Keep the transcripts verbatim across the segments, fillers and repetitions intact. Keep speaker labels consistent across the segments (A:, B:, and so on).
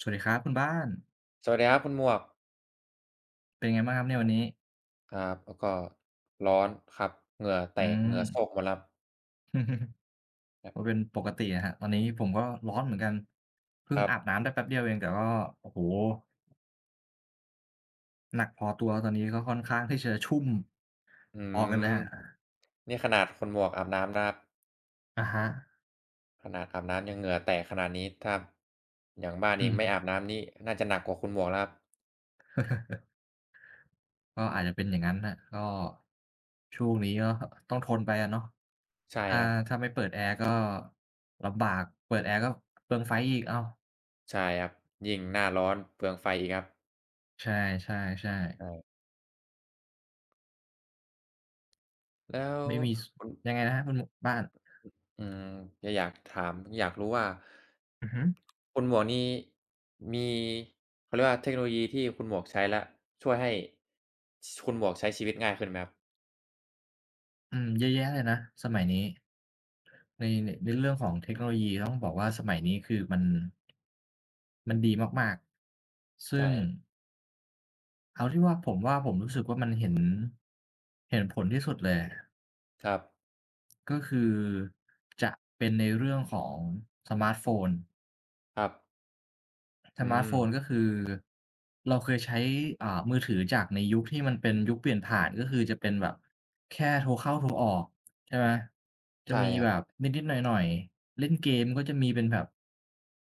A: สวัสดีครับคุณบ้าน
B: สวัสดีครับคุณหมวก
A: เป็นไงบ้างครับเนี่ยวันนี้
B: ครับแล้วก็ร้อนครับเหงื่อแต
A: อื
B: กเห
A: ม
B: งื่อโชกหมดแล้ว ครั
A: ก็
B: บ
A: เป็นปกติอะครับตอนนี้ผมก็ร้อนเหมือนกันเพิ่
B: ค
A: ง
B: รับ
A: อาบน้ำได้แป๊บเดียวเองแต่ก็ โอ้โฮหนักพอตัวตอนนี้ก็ค่อนข้างที่จะชุ่ม
B: อื
A: พอกันเลยครั
B: ม
A: บ
B: นี่ขนาดคุณหมวกอาบน้ำนะครับ
A: อะฮะ
B: ขนาดอาบน้ำยังเหงื่อแตกขนาดนี้ถ้าอย่างบ้านเอ
A: อื
B: ง
A: ม
B: ไม่อาบน้ำนี่น่าจะหนักกว่าคุณหมวกแล้วครับ
A: ก็อาจจะเป็นอย่างงั้นน่ะก็ช่วงนี้ก็ต้องทนไปอะเนาะ
B: ใช่
A: ถ้า
B: ครับ
A: ถ้าไม่เปิดแอร์ก็ลำบากเปิดแอร์ก็เปลืองไฟอีกอ้าว
B: ใช่ครับยิ่งหน้าร้อนเปลืองไฟอีกครับ
A: ใช่ๆๆ
B: ใช่แล้ว
A: ไม่มีส
B: คุณ
A: ยังไงนะครับคุณหมวกบ้าน
B: อืมก็อยากถามอยากรู้ว่า
A: อือฮึ
B: คุณหมวกนี่มีเขาเรียกว่าเทคโนโลยีที่คุณหมวกใช้แล้วช่วยให้ชคุณหมวกใช้ชีวิตง่ายขึ้นไหมครับ
A: อืมเยอะแยะเลยนะสมัยนี้ในในในเรื่องของเทคโนโลยีต้องบอกว่าสมัยนี้คือมันมันดีมากๆซึ่
B: ใช่
A: ง
B: ครับ
A: เอาที่ว่าผมว่าผมรู้สึกว่ามันเห็นเห็นผลที่สุดเลย
B: ครับ
A: ก็คือจะเป็นในเรื่องของสมาร์ตโฟน
B: ครับ
A: ส
B: อื
A: มาร์ตโฟ
B: ม
A: นก็คือเราเคยใช้อ่ามือถือจากในยุคที่มันเป็นยุคเปลี่ยนผ่านก็คือจะเป็นแบบแค่โทรเข้าโทรออกใช่ไหมจะ
B: ใช่
A: มี
B: ครั
A: แบบ
B: บ
A: นิดๆหน่อยๆเล่นเกมก็จะมีเป็นแบบ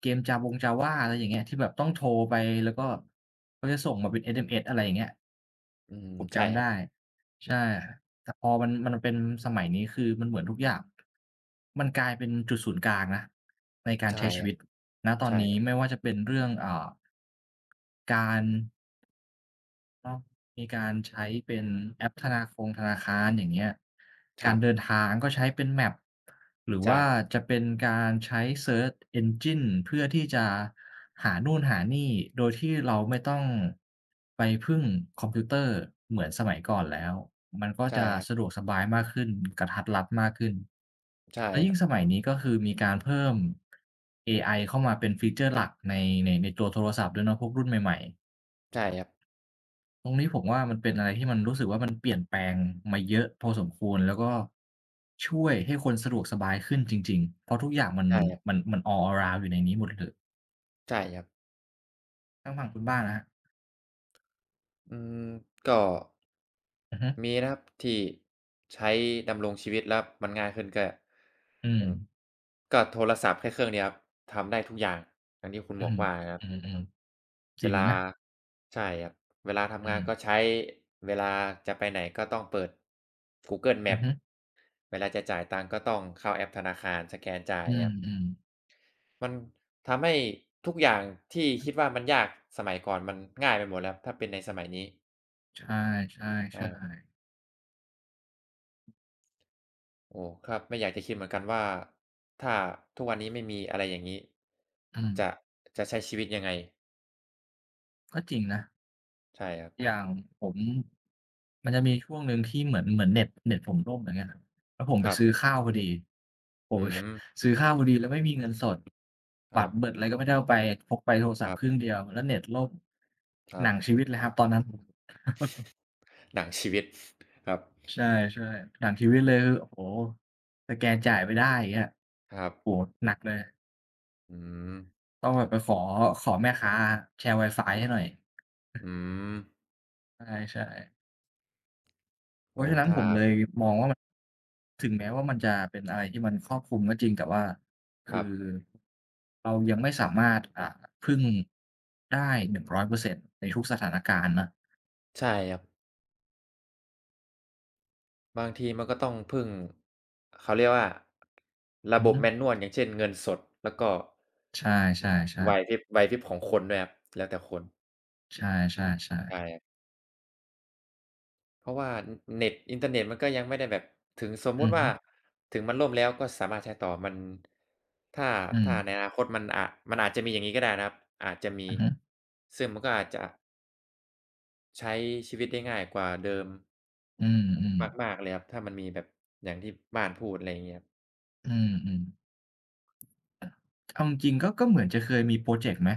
A: เกมจาวง Java อะไรอย่างเงี้ยที่แบบต้องโทรไปแล้วก็เขาจะส่งมาเป็น เอส เอ็ม เอส อะไรอย่างเงี้ย
B: อืม
A: ผม
B: ใช่
A: จำ
B: ครับ
A: ได้ใช่แต่พอมันมันเป็นสมัยนี้คือมันเหมือนทุกอย่างมันกลายเป็นจุดศูนย์กลางนะ ในการ
B: ใช่
A: ใช้
B: ค
A: ชี
B: รับ
A: วิตณตอน
B: ใช่
A: นี้
B: ครั
A: ไม่
B: บ
A: ว่าจะเป็นเรื่องอ่าการ ก็มีการใช้เป็นแอปธนาคงธนาคารอย่างเงี้ย
B: ค
A: กา
B: รั
A: ร
B: บ
A: เดินทางก็ใช้เป็น Map หรือ
B: ใช่
A: ว่า
B: ครับ
A: จะเป็นการใช้เซิร์ช Engine เพื่อที่จะหานู่นหานี่โดยที่เราไม่ต้องไปพึ่งคอมพิวเตอร์เหมือนสมัยก่อนแล้วมันก็
B: ใช่
A: จะ
B: ครับ
A: สะดวกสบายมากขึ้นกระทัดรัดมากขึ้น
B: ใช่
A: แล้ว
B: ค
A: ยิ่
B: รั
A: ง
B: บ
A: สมัยนี้ก็คือมีการเพิ่มเอไอเข้ามาเป็นฟีเจอร์หลักในในในตัวโทรศัพท์ด้วยเนาะพวกรุ่นใหม่ๆ
B: ใช่ครับ
A: ตรงนี้ผมว่ามันเป็นอะไรที่มันรู้สึกว่ามันเปลี่ยนแปลงมาเยอะพอสมควรแล้วก็ช่วยให้คนสะดวกสบายขึ้นจริงๆเพราะทุกอย่างมัน
B: ใช่ครับใช่ครั
A: มัน
B: บ
A: มัน all around อยู่ในนี้หมดเลย
B: ใช่ครับ
A: ทางฝั่งคุณบ้านนะครับ
B: อืมก็
A: อือฮึ
B: มีนะครับที่ใช้ดำรงชีวิตแล้วมันง่ายขึ้นก็
A: อื
B: อ
A: ม
B: ย่างก็โทรศัพท์แค่เครื่องเดียวครับทำได้ทุกอย่างอย่างที่คุณห
A: อื
B: มว
A: ม
B: กว่านะครับ
A: อืมๆจ
B: เว
A: ริง
B: ลา
A: นะ
B: ใช่ครับเวลาทำ
A: อื
B: งานก็
A: ม
B: ใช้เวลาจะไปไหนก็ต้องเปิด Google
A: อือ
B: Maps
A: ฮึ
B: เวลาจะจ่ายตังค์ก็ต้องเข้าแอปธนาคารสแกนจ่าย
A: อื
B: ครับ
A: มๆ
B: มันทำให้ทุกอย่างที่คิดว่ามันยากสมัยก่อนมันง่ายไปหมดแล้วถ้าเป็นในสมัยนี้
A: ใช
B: ใช่
A: ่ๆๆ
B: โอ้ครับไม่อยากจะคิดเหมือนกันว่าถ้าทุกวันนี้ไม่มีอะไรอย่างงี้
A: อื
B: จะ
A: ม
B: จะใช้ชีวิตยังไง
A: ก็จริงนะ
B: ใช่ครับ
A: อย่างผม มันจะมีช่วงหนึ่งที่เหมือนเหมือนเน็ตเน็ตผมล่มอย่างเงี้ยครับแล้วผม
B: ค
A: ไป
B: รับ
A: ซื้อข้าวพอดีโอ้
B: อื
A: โฮ
B: ม
A: ซื้อข้าวพอดีแล้วไม่มีเงินสด
B: ค
A: บั
B: รั
A: ต
B: บ
A: รเบิดอะไรก็ไม่ได้เอาไปพกไปโทรศั
B: ค
A: พ
B: รั
A: ท์เครื่อง
B: บ
A: เดียวแล้วเน็ตล่ม
B: ค
A: ห
B: รั
A: นั
B: บ
A: งชีวิตเลยครับตอนนั้น
B: หนังชีวิตครับ
A: ใช่ๆหนังชีวิตเลยคือโอ้โฮสแกนจ่ายไม่ได้อย่างเงี้ย
B: ครับ
A: โอ้โฮหนักเลย
B: อืม
A: ต้องแบบไปขอขอแม่ค้าแชร์ไวฟายให้หน่อย
B: อืม
A: ใช่ๆเพ
B: โอ้
A: ราะฉะนั้น
B: ถ้า
A: ผมเลยมองว่า ถึงแม้ว่ามันจะเป็นอะไรที่มันครอบคลุมก็จริงแต่ว่า
B: ค
A: คือ
B: รับ
A: เรายังไม่สามารถอ่าพึ่งได้หนึ่งร้อยเปอร์เซ็นต์ในทุกสถานการณ์นะ
B: ใช่ครับบางทีมันก็ต้องพึ่งเขาเรียกว่าระ
A: อื
B: บ
A: อ
B: บ
A: ฮึ
B: Manual อย่างเช่นเงินสดแล้วก็
A: ใช่
B: ไหว
A: ๆ
B: พริบไหวพริบของคนด้วยครับแล้วแต่คน
A: ๆใช่ๆๆ
B: ใช่ครับ เพราะว่าเน็ตอินเทอร์เน็ตมันก็ยังไม่ได้แบบถึงสมมุ
A: อือ
B: ติว่า
A: ฮึ
B: ถึงมันล่มแล้วก็สามารถใช้ต่อมันถ้า
A: อื
B: ถ้าใน
A: ม
B: อนาคตมันอามันอาจจะมีอย่างงี้ก็ได้นะครับอาจจะมี
A: อือฮึ
B: ซึ่งมันก็อาจจะใช้ชีวิตได้ง่ายกว่าเดิม
A: อืมๆ
B: มากๆเลยครับถ้ามันมีแบบอย่างที่บ้านพูดอะไรอย่างเงี้ยครับ
A: อืมๆเอาจริงๆก็ก็เหมือนจะเคยมีพรอเจกต์ไหม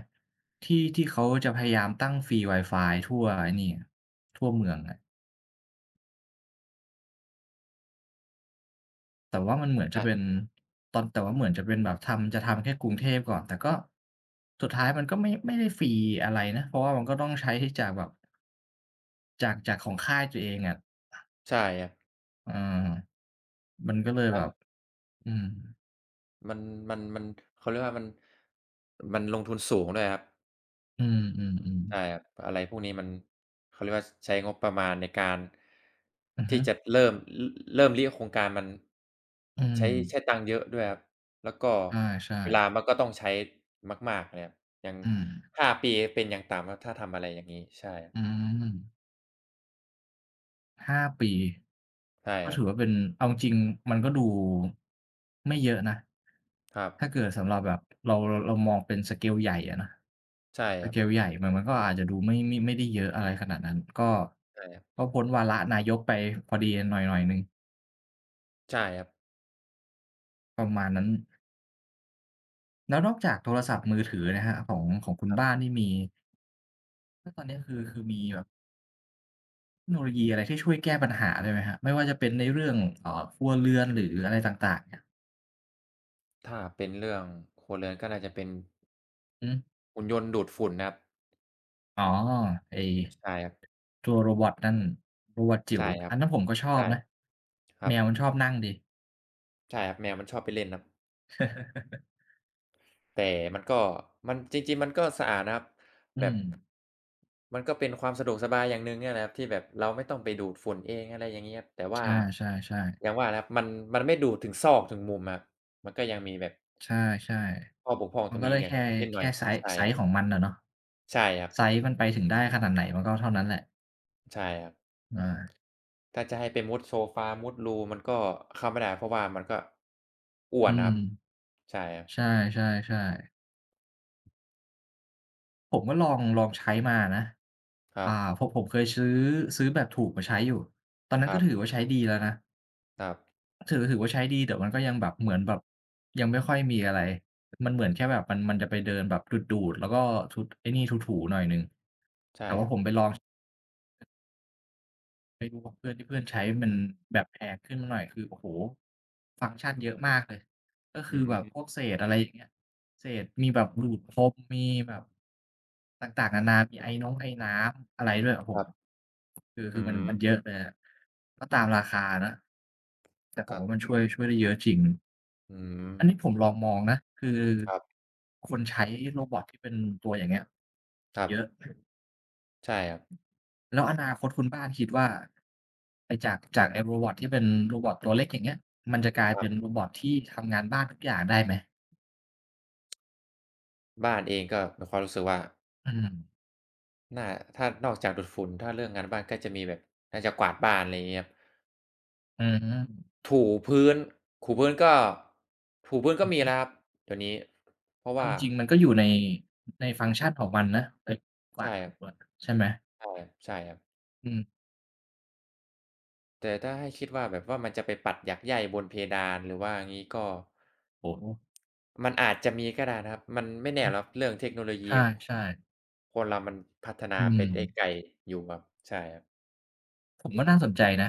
A: ที่ที่เขาจะพยายามตั้งฟรีไวาฟายทั่วไอ้นี่อะทั่วเมืองอะ แต่ว่ามันเหมือนจะ
B: อา
A: เป็นตอนแต่ว่าเหมือนจะเป็นแบบทำจะทำแค่กรุงเทพก่อนแต่ก็สุดท้ายมันก็ไม่ไม่ได้ฟรีอะไรนะเพราะว่ามันก็ต้องใช้จากแบบจากจากของค่ายตัวเองอะ
B: ใช่ครับ
A: เออมันก็เลย
B: แล้
A: แบ
B: ว
A: บอืม
B: มันมันมันเขาเรียกว่ามันมันลงทุนสูงด้วยครับ
A: อืม
B: ใช่
A: ๆๆ
B: ครับอะไรพวกนี้มันเขาเรียกว่าใช้งบประมาณในการ
A: อือฮึ
B: ที่จะเริ่มรเริ่มริโครงการมัน
A: อืม
B: ใช้ใช้ตังค์เยอะด้วยครับแล้วก็
A: ใช่
B: เว
A: ๆ
B: ลามันก็ต้องใช้มากๆเลยครับอย่าง
A: อืม
B: ห้าปีเป็นอย่างต่ำครับถ้าทำอะไรอย่างงี้ใช่
A: อืม ห้าปี
B: ใช่
A: ก็
B: ครับ
A: ถือว่าเป็นเอาจริงๆมันก็ดูไม่เยอะนะ
B: ครับ
A: ถ้าเกิดสำหรับแบบเราเราเรามองเป็นสเกลใหญ่อะนะ
B: ใช่
A: ส
B: ครับ
A: เกลใหญ่มันมันก็อาจจะดูไม่ไม่ไม่ได้เยอะอะไรขนาดนั้นก็
B: ใช่ครับ
A: ก็พ้นวาระนายกไปพอดีหน่อยๆหนึ่ง
B: ใช่ครับ
A: ประมาณนั้นแล้วนอกจากโทรศัพท์มือถือนะครับของของคุณบ้านนี่มีแล้วตอนนี้คือคือมีแบบเทคโนโลยีอะไรที่ช่วยแก้ปัญหาด้วยไหมครับไม่ว่าจะเป็นในเรื่องเอ่อครัวเรือนหรืออะไรต่างๆเนี่ย
B: ถ้าเป็นเรื่องครัวเรือนก็น่าจะเป็น
A: อืม
B: หุ่นยนต์ดูดฝุ่นนะครับ
A: อ๋อไอ้
B: ใช่ครับ
A: ตัวโรบอตนั่นโรบอตจิ๋ว
B: ใช่ครั
A: อั
B: บ
A: นนั้นผมก็ชอ
B: ใช่
A: บนะ
B: ครั
A: แม
B: บ
A: วมันชอบนั่งดี
B: ใช่ครับแมวมันชอบไปเล่นครับ แต่มันก็มันจริงๆมันก็สะอาดนะครับ
A: อื
B: แบบ
A: ม
B: มันก็เป็นความสะดวกสบายอย่างหนึ่งเนี่ยแหละครับที่แบบเราไม่ต้องไปดูดฝุ่นเองอะไรอย่างงี้ครับแต่
A: ใช
B: ว่า
A: ่ๆๆ
B: อย่างว่านะครับมันมันไม่ดูดถึงซอกถึงมุมอะครับมันก็ยังมีแบบ
A: ใช่
B: ข้อบกพร่อง
A: ๆมั
B: ตร
A: น
B: ง
A: ก็
B: นี้
A: ได้
B: อย่าง
A: แค่
B: นิดหน่อ
A: แค่
B: ย
A: ไซซ์
B: ใช่
A: ไซ
B: ครั
A: ซ์ของ
B: บ
A: มันอะเนาะ
B: ใช่ครับ
A: ไซซ์มันไปถึงได้ขนาดไหนมันก็เท่านั้นแหละ
B: ใช่ครับ
A: อา
B: ถ้าจะให้ไปมุดโซฟามุดรูมันก็เข้าไม่ได้เพราะว่ามันก็อ้
A: อื
B: วนนะ
A: ม
B: ครับใช่
A: ใช่ๆๆผมก็ลองลองใช้มานะ
B: ครั
A: อ่า
B: บ
A: ผมผมเคยซื้อซื้อแบบถูกมาใช้อยู่ตอนนั้
B: ค
A: นก็
B: รับ
A: ถือว่าใช้ดีแล้วนะ
B: ครับครับ
A: ถือถือว่าใช้ดีแต่มันก็ยังแบบเหมือนแบบยังไม่ค่อยมีอะไรมันเหมือนแค่แบบมันมันจะไปเดินแบบดูดๆแล้วก็ทุบไอ้นี่ถูๆหน่อยหนึ่ง
B: ใช่
A: แต่
B: ค
A: ว่า
B: รับ
A: ผมไปลองไปดูกับเพื่อนที่เพื่อนใช้มันแบบแพงขึ้นมาหน่อยคือโอ้โฮฟังก์ชันเยอะมากเลยก็
B: อื
A: คือแบ
B: ม
A: บพวกเศษอะไรอย่างเงี้ยเศษมีแบบดูดพรมมีแบบต่างๆนานามีไอน้องไอน้ำอะไรด้วยโอ้โฮ
B: ครับ
A: คือคื
B: อื
A: อ
B: อ
A: มัน
B: ฮึ
A: มันเยอะเลยอะก็ตามราคานะแต่ผม
B: ก็
A: ว่ามันช่วยช่วยได้เยอะจริง
B: อืม
A: อันนี้ผมลองมองนะคือ
B: ครับ
A: คนใช้โรบอตที่เป็นตัวอย่างเงี้ย
B: ครั
A: เยอะ
B: บใช่ครับ
A: แล้วอนาคตคุณบ้านคิดว่าไอ้จากจากไอ้โรบอตที่เป็นโรบอตตัวเล็กอย่างเงี้ยมันจะกลาย
B: ค
A: เป็น
B: รับ
A: โรบอตที่ทำงานบ้านทุกอย่างได้ไหม
B: บ้านเองก็มีความรู้สึกว่า
A: อืม
B: น่าถ้านอกจากดูดฝุ่นถ้าเรื่องงานบ้านก็จะมีแบบอาจจะกวาดบ้านอะไรอย่างงี้ครับ
A: อืม
B: ถูพื้นถูพื้นก็ถูพื้น
A: อื
B: ก็
A: อ
B: มี
A: ฮึ
B: แล้วครับเดี๋ยวนี้เพราะ
A: เอา
B: ว่า
A: จริงๆมันก็อยู่ในในฟังก์ชันของมันนะไอ้กวาด
B: ใช่ค
A: ถู
B: รับ
A: อะใช่ไหม
B: ใช่ใช่ครับ
A: อืม
B: แต่ถ้าให้คิดว่าแบบว่ามันจะไปปัดหยักไย่บนเพดานหรือว่างี้ก็
A: โอ้โฮ
B: มันอาจจะมีก็ได้นะครับมันไม่
A: อื
B: แน่
A: ม
B: หรอกครับเรื่องเทคโนโล
A: ใ
B: ยี
A: ช่ๆ
B: คนเรามันพัฒนา
A: อื
B: ไป
A: ม
B: ได้ไกลอยู่ครับใช่ครับ
A: ผมว่าน่าสนใจนะ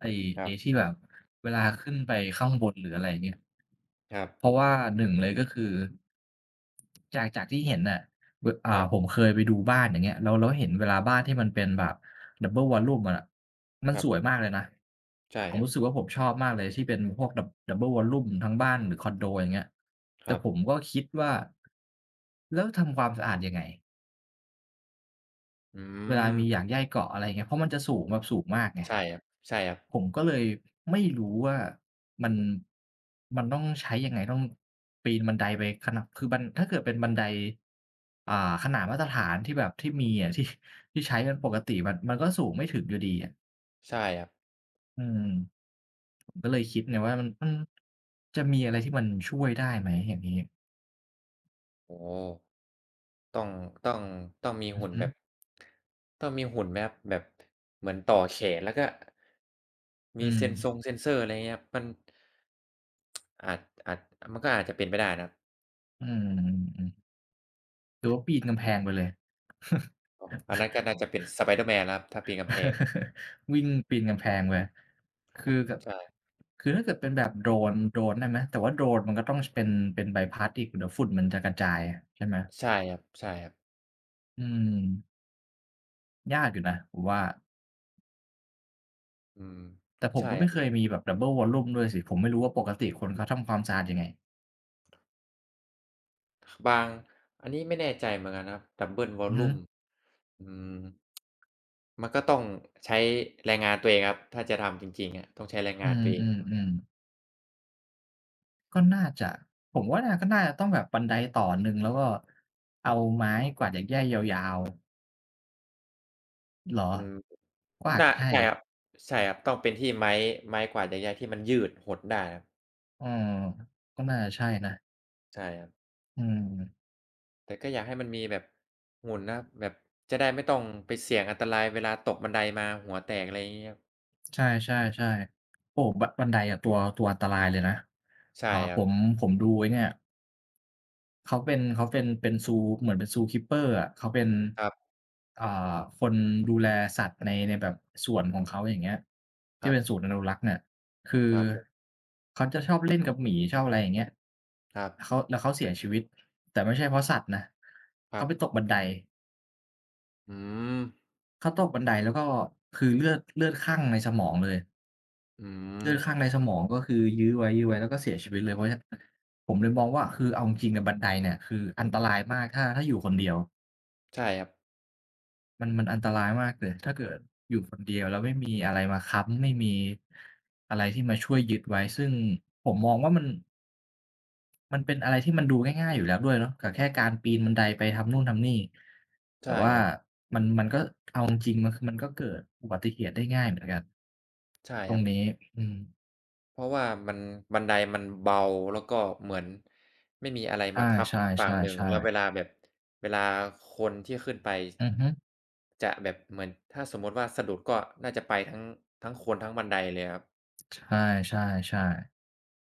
A: ไอ้
B: ครั
A: ไอ้
B: บ
A: ที่แบบเวลาขึ้นไปข้างบนหรืออะไรเงี้ย
B: ครับ
A: เพราะว่าหนึ่งเลยก็คือจากจากที่เห็นน่ะว
B: ครั
A: อ่าผม
B: บ
A: เคยไปดูบ้านอย่างเงี้ยแล้วแล้วเห็นเวลาบ้านที่มันเป็นแบบ Double Wallroom อะมัน
B: ครั
A: ส
B: บ
A: วยมากเลยนะ
B: ใช่
A: ผ
B: ค
A: ม
B: รับ
A: รู้สึกว่าผมชอบมากเลยที่เป็นพวก Dou Double Wallroom ทั้งบ้านหรือคอนโดอย่างเงี้ย
B: ค
A: แต่
B: รับ
A: ผมก็คิดว่าแล้วทำความสะอาดยังไง
B: อื
A: เวลา
B: ม
A: มีหยากหญ้าเกาะอะไรอย่างเงี้ยเพราะมันจะสูงแบบสูงมากไง
B: ใช่ครับใช่ครับ
A: ผมก็เลยไม่รู้ว่ามันมันต้องใช้ยังไงต้องปีนบันไดไปขนาดคือบันถ้าเกิดเป็นบันไดอ่าขนาดมาตรฐานที่แบบที่มีอะที่ที่ใช้กันปกติมันมันก็สูงไม่ถึงอยู่ดีอะ
B: ใช่ครับ
A: อืมผมก็เลยคิดไงว่ามันมันจะมีอะไรที่มันช่วยได้ไหมอย่างงี้
B: โอ้โฮต้องต้องต้องมี
A: อือ
B: หุ่น
A: ฮึ
B: แบบต้องมีหุ่นไหมครับแบบเหมือนต่อแขนแล้วก็
A: อื
B: มีเซ็นซง
A: ม
B: เซ็นเซอร์อะไรอย่างเงี้ยครับมันอาจอาจมันก็อาจจะเป็นไปได้นะครับ
A: อืมๆ
B: อ๋ออันนั้นก็น่าจะเป็น Spiderman แล้วครับถ้าปีนกำแพง
A: วิ่งปีนกำแพงไปคือแบบ
B: ใช่
A: คือถ้าเกิดเป็นแบบโดรนโดรนได้ไหม แต่ว่าโดรนมันก็ต้องชเป็นเป็นใบพัดอีกเดี๋ยวฝุ่นมันจะกระจายใช่ไหม
B: ใช่ครับใช่ครับ
A: อืมยากอยู่นะผมว่า
B: อืม
A: แต่ผม
B: ใช่
A: ก็ไม่
B: ค
A: เค
B: รั
A: ย
B: บ
A: มีแบบ ดับเบิล วอลลุ่ม ด้วยสิ ผมไม่รู้ว่าปกติคนเขาทำความสะอาดยังไง
B: บางอันนี้ไม่แน่ใจเหมือนกันครับดับเบิลว
A: อื
B: ล
A: อฮึ
B: ลุอืมมันก็ต้องใช้แรงงานตัวเองครับถ้าจะทำจริงๆอะต้องใช้แรง
A: อื
B: งานตัวเอง
A: มๆๆก็น่าจะ ผมว่าน่าก็น่าจะต้องแบบบันไดต่อหนึ่งแล้วก็เอาไม้กวาดหญ้าแย่ยาวๆเหรอ
B: อืม
A: ก็อาจ
B: น่า
A: จะใช่
B: ใช่ครับใช่ครับต้องเป็นที่ไม้ไม้กวาดหญ้าๆที่มันยืดหดได้ครับ
A: เออก็น่าจะใช่นะ
B: ใช่ครับ
A: อืม
B: แต่ก็อยากให้มันมีแบบหุ่นนะครับแบบจะได้ไม่ต้องไปเสี่ยงอันตรายเวลาตกบันไดมาหัวแตกอะไรอย่างงี้ครับ
A: ใช่ๆๆโอ้บันบันไดอะตัวตัวอันตรายเลยนะ
B: ใช่
A: อ่า
B: ค
A: ผ
B: รับ
A: มผมดูไอ้เนี่ยเขาเป็นเขาเป็นเป็นซูเหมือนเป็น ซู คีปเปอร์ อะเขาเป็น
B: ครับ
A: อ่าคนดูแลสัตว์ในในแบบสวนของเขาอย่างเงี้ย
B: ค
A: ที่
B: รั
A: เป็นศูน
B: บ
A: ย์อนุรักษ์เนี่ยคือ
B: ครับผม
A: เขาจะชอบเล่นกับหมีชอบอะไรอย่างเงี้ย
B: ครับ
A: เขาแล้วเขาเสียชีวิตแต่ไม่ใช่เพราะสัตว์นะ
B: ครั
A: เขา
B: บ
A: ไปตกบันได
B: อืม
A: เขาตกบันไดแล้วก็คือเลือดเลือดคั่งในสมองเลย
B: อืม
A: เลือดข้างในสมองก็คือยื้อไว้ยื้อไว้แล้วก็เสียชีวิตเลยเพราะฉะนั้นผมเลยมองว่าคือเอาจริงๆอะบันไดเนี่ยคืออันตรายมากถ้าถ้าอยู่คนเดียว
B: ใช่ครับ
A: มันมันอันตรายมากเลยถ้าเกิดอยู่คนเดียวแล้วไม่มีอะไรมาค้ำไม่มีอะไรที่มาช่วยยึดไว้ซึ่งผมมองว่ามันมันเป็นอะไรที่มันดูง่ายๆอยู่แล้วด้วยเนาะกับแค่การปีนบันไดไปทำนู่นทำนี่
B: ใช่
A: แต่ว่า
B: ครับ
A: มันมันก็เอาจริงๆมันคือมันก็เกิดอุบัติเหตุได้ง่ายเหมือนกัน
B: ใช่
A: ต
B: ค
A: ร
B: รั
A: ง
B: บ
A: นี้อืม
B: เพราะว่ามันบันไดมันเบาแล้วก็เหมือนไม่มีอะไรมา
A: อา
B: ทับ
A: ใช
B: อีกฝั่งหนึ่ง
A: ่
B: แล้วเว
A: ๆ
B: ลาแบบเวลาคนที่ขึ้นไป
A: ๆอือฮึ
B: จะแบบเหมือนถ้าสมมุติว่าสะดุดก็น่าจะไปทั้งทั้งคนทั้งบันไดเลยครับ
A: ใช่ใช่ใช่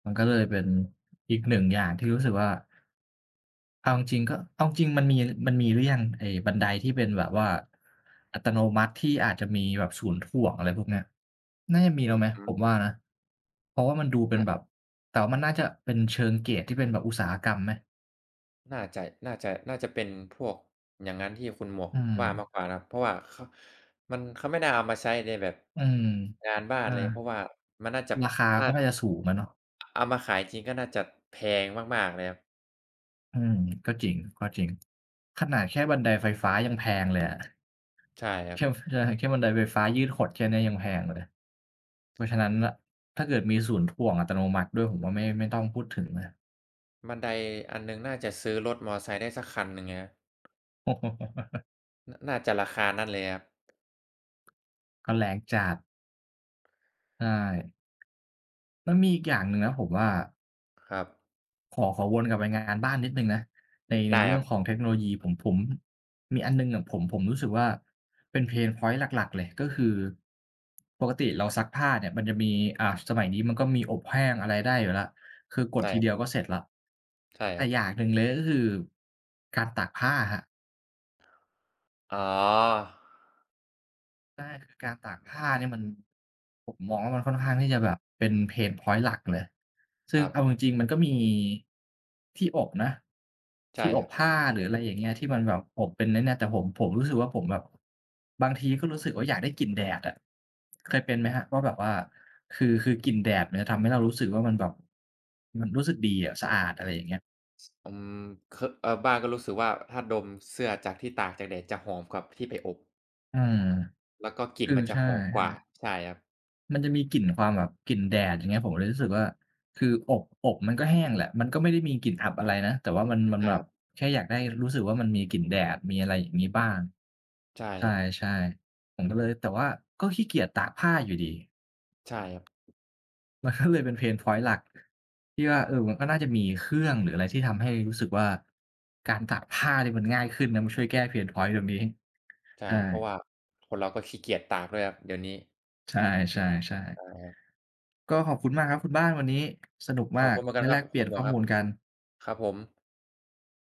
A: มันก็เลยเป็นอีกหนึ่งอย่างที่รู้สึกว่าเอาจริงๆก็เอาจริงมันมีมันมีหรือยังไอ้บันไดที่เป็นแบบว่าอัตโนมัติที่อาจจะมีแบบศูนย์ถ่วงอะไรพวกเนี้ยน่าจะมีแล้วไหมผมว่านะเพราะว่ามันดูเป็น
B: น่า
A: แบบแต่ว่ามันน่าจะเป็นเชิงเกรดที่เป็นแบบอุตสาหกรรมไหม
B: น่าจะน่าจะน่าจะเป็นพวกอย่างงั้นที่คุณหมวก
A: อื
B: ว่ามาก
A: ม
B: กว่านะครับเพราะว่าเขามันเขาไม่น่าเอามาใช้ในแบบ
A: อืม
B: งานบ้าน
A: ใช่
B: เลยเพราะว่ามันน่าจะ
A: ราคา
B: ถ้า
A: ก็น่าจะสูงอะเนาะ
B: เอามาขายจริงก็น่าจะแพงมากๆเลยครับ
A: อืมก็จริงก็จริงขนาดแค่บันไดไฟฟ้ายังแพงเลยอะ
B: ใช่ครับ
A: แค่ใช่แค่บันไดไฟฟ้ายืดหดแค่เนี้ยยังแพงเลย เพราะฉะนั้นน่ะถ้าเกิดมีศูนย์ถ่วงอัตโนมัติด้วยผมว่าไม่ไม่ต้องพูดถึงเลย
B: บันไดอันหนึ่งน่าจะซื้อรถมอไซค์ได้สักคันหนึ่งไงครับ นน่าจะราคานั้นเลยครับ
A: ก็แรงจัดใช่มันมีอีกอย่างหนึ่งนะผมว่า
B: ครับ
A: ขอขอวนกลับไปงานบ้านนิดหนึ่งนะ
B: อ
A: ในใน
B: ได้ค
A: เรื่อ
B: รั
A: ง
B: บ
A: ของเทคโนโลยีผมผมมีอันหนึ่งอะผมผมรู้สึกว่าเป็น เพน พอยต์ หลักๆเลยก็คือปกติเราซักผ้าเนี่ยมันจะมีอ่าสมัยนี้มันก็มีอบแห้งอะไรได้อยู่แล้วคือกด
B: ใช่
A: ที
B: ครั
A: เดียวก็
B: บ
A: เสร็จแล้ว
B: ใช่ค
A: แต่
B: รับ
A: อย่างหนึ่งเลยก็คือการตากผ้าครับ
B: อ๋อ
A: ใช่คือการตากผ้าเนี่ยมัน ผมมองว่ามันค่อนข้างที่จะแบบเป็นเพนพ็อยนต์หลักเลย
B: ค
A: ซึ่ง
B: รั
A: เอาจ
B: บ
A: ริงๆมันก็มีที่อบนะ
B: ใช่
A: ที่อ
B: ค
A: บ
B: รับ
A: ผ้าหรืออะไรอย่างเงี้ยที่มันแบบอบเป็นไอ้เนี่ยแต่ผมผมรู้สึกว่าผมแบบบางทีก็รู้สึกว่าอยากได้กลิ่นแดดอะเคยเป็นไหมครับว่าแบบว่าคือคือกลิ่นแดดมันจะทำให้เรารู้สึกว่ามันแบบมันรู้สึกดีอะสะอาดอะไรอย่างเงี้ย
B: อืมเคอะเออบ้านก็รู้สึกว่าถ้าดมเสื้อจากที่ตากจากแดดจะหอมกว่าที่ไปอบ
A: อืม
B: แล้วก็กลิ่น
A: คือ
B: มันจะ
A: ใช่
B: หอมกว่าใช่ครับ
A: มันจะมีกลิ่นความแบบกลิ่นแดดอย่างเงี้ยผมเลยรู้สึกว่าคืออบอบมันก็แห้งแหละมันก็ไม่ได้มีกลิ่นอับอะไรนะแต่ว่ามันมัน
B: ใช่
A: แบ
B: ค
A: บ
B: รับ
A: แค่อยากได้รู้สึกว่ามันมีกลิ่นแดดมีอะไรอย่างงี้บ้าง
B: ใช่ครับ
A: ใช่ๆผมก็เลยแต่ว่าก็ขี้เกียจตากผ้าอยู่ดี
B: ใช่ครับ
A: มันก็เลยเป็นเพนพ็อยนหลักที่ว่าเออมันก็น่าจะมีเครื่องหรืออะไรที่ทำให้รู้สึกว่าการตากผ้าเนี่มันง่ายขึ้นนะมันช่วยแก้เพนพ็อยนต์ตรงนี้
B: ใช่
A: ใช่
B: เพราะว่าคนเราก็ขี้เกียจตากด้วยครับเดี๋ยวนี้
A: ใช่ๆ
B: ใช่
A: ๆ
B: ครับ
A: ก็ขอบคุณมากครับคุณบ้านวันนี้สนุก
B: ขอ
A: มา
B: บ
A: ก
B: คุณเหมือนกัน
A: ได้
B: ค
A: แล
B: รับ
A: กเปลี่
B: คุ
A: ย
B: ณ
A: น
B: หม
A: ข้
B: ว
A: อ
B: กครั
A: มู
B: บ
A: ลกัน
B: ครับผม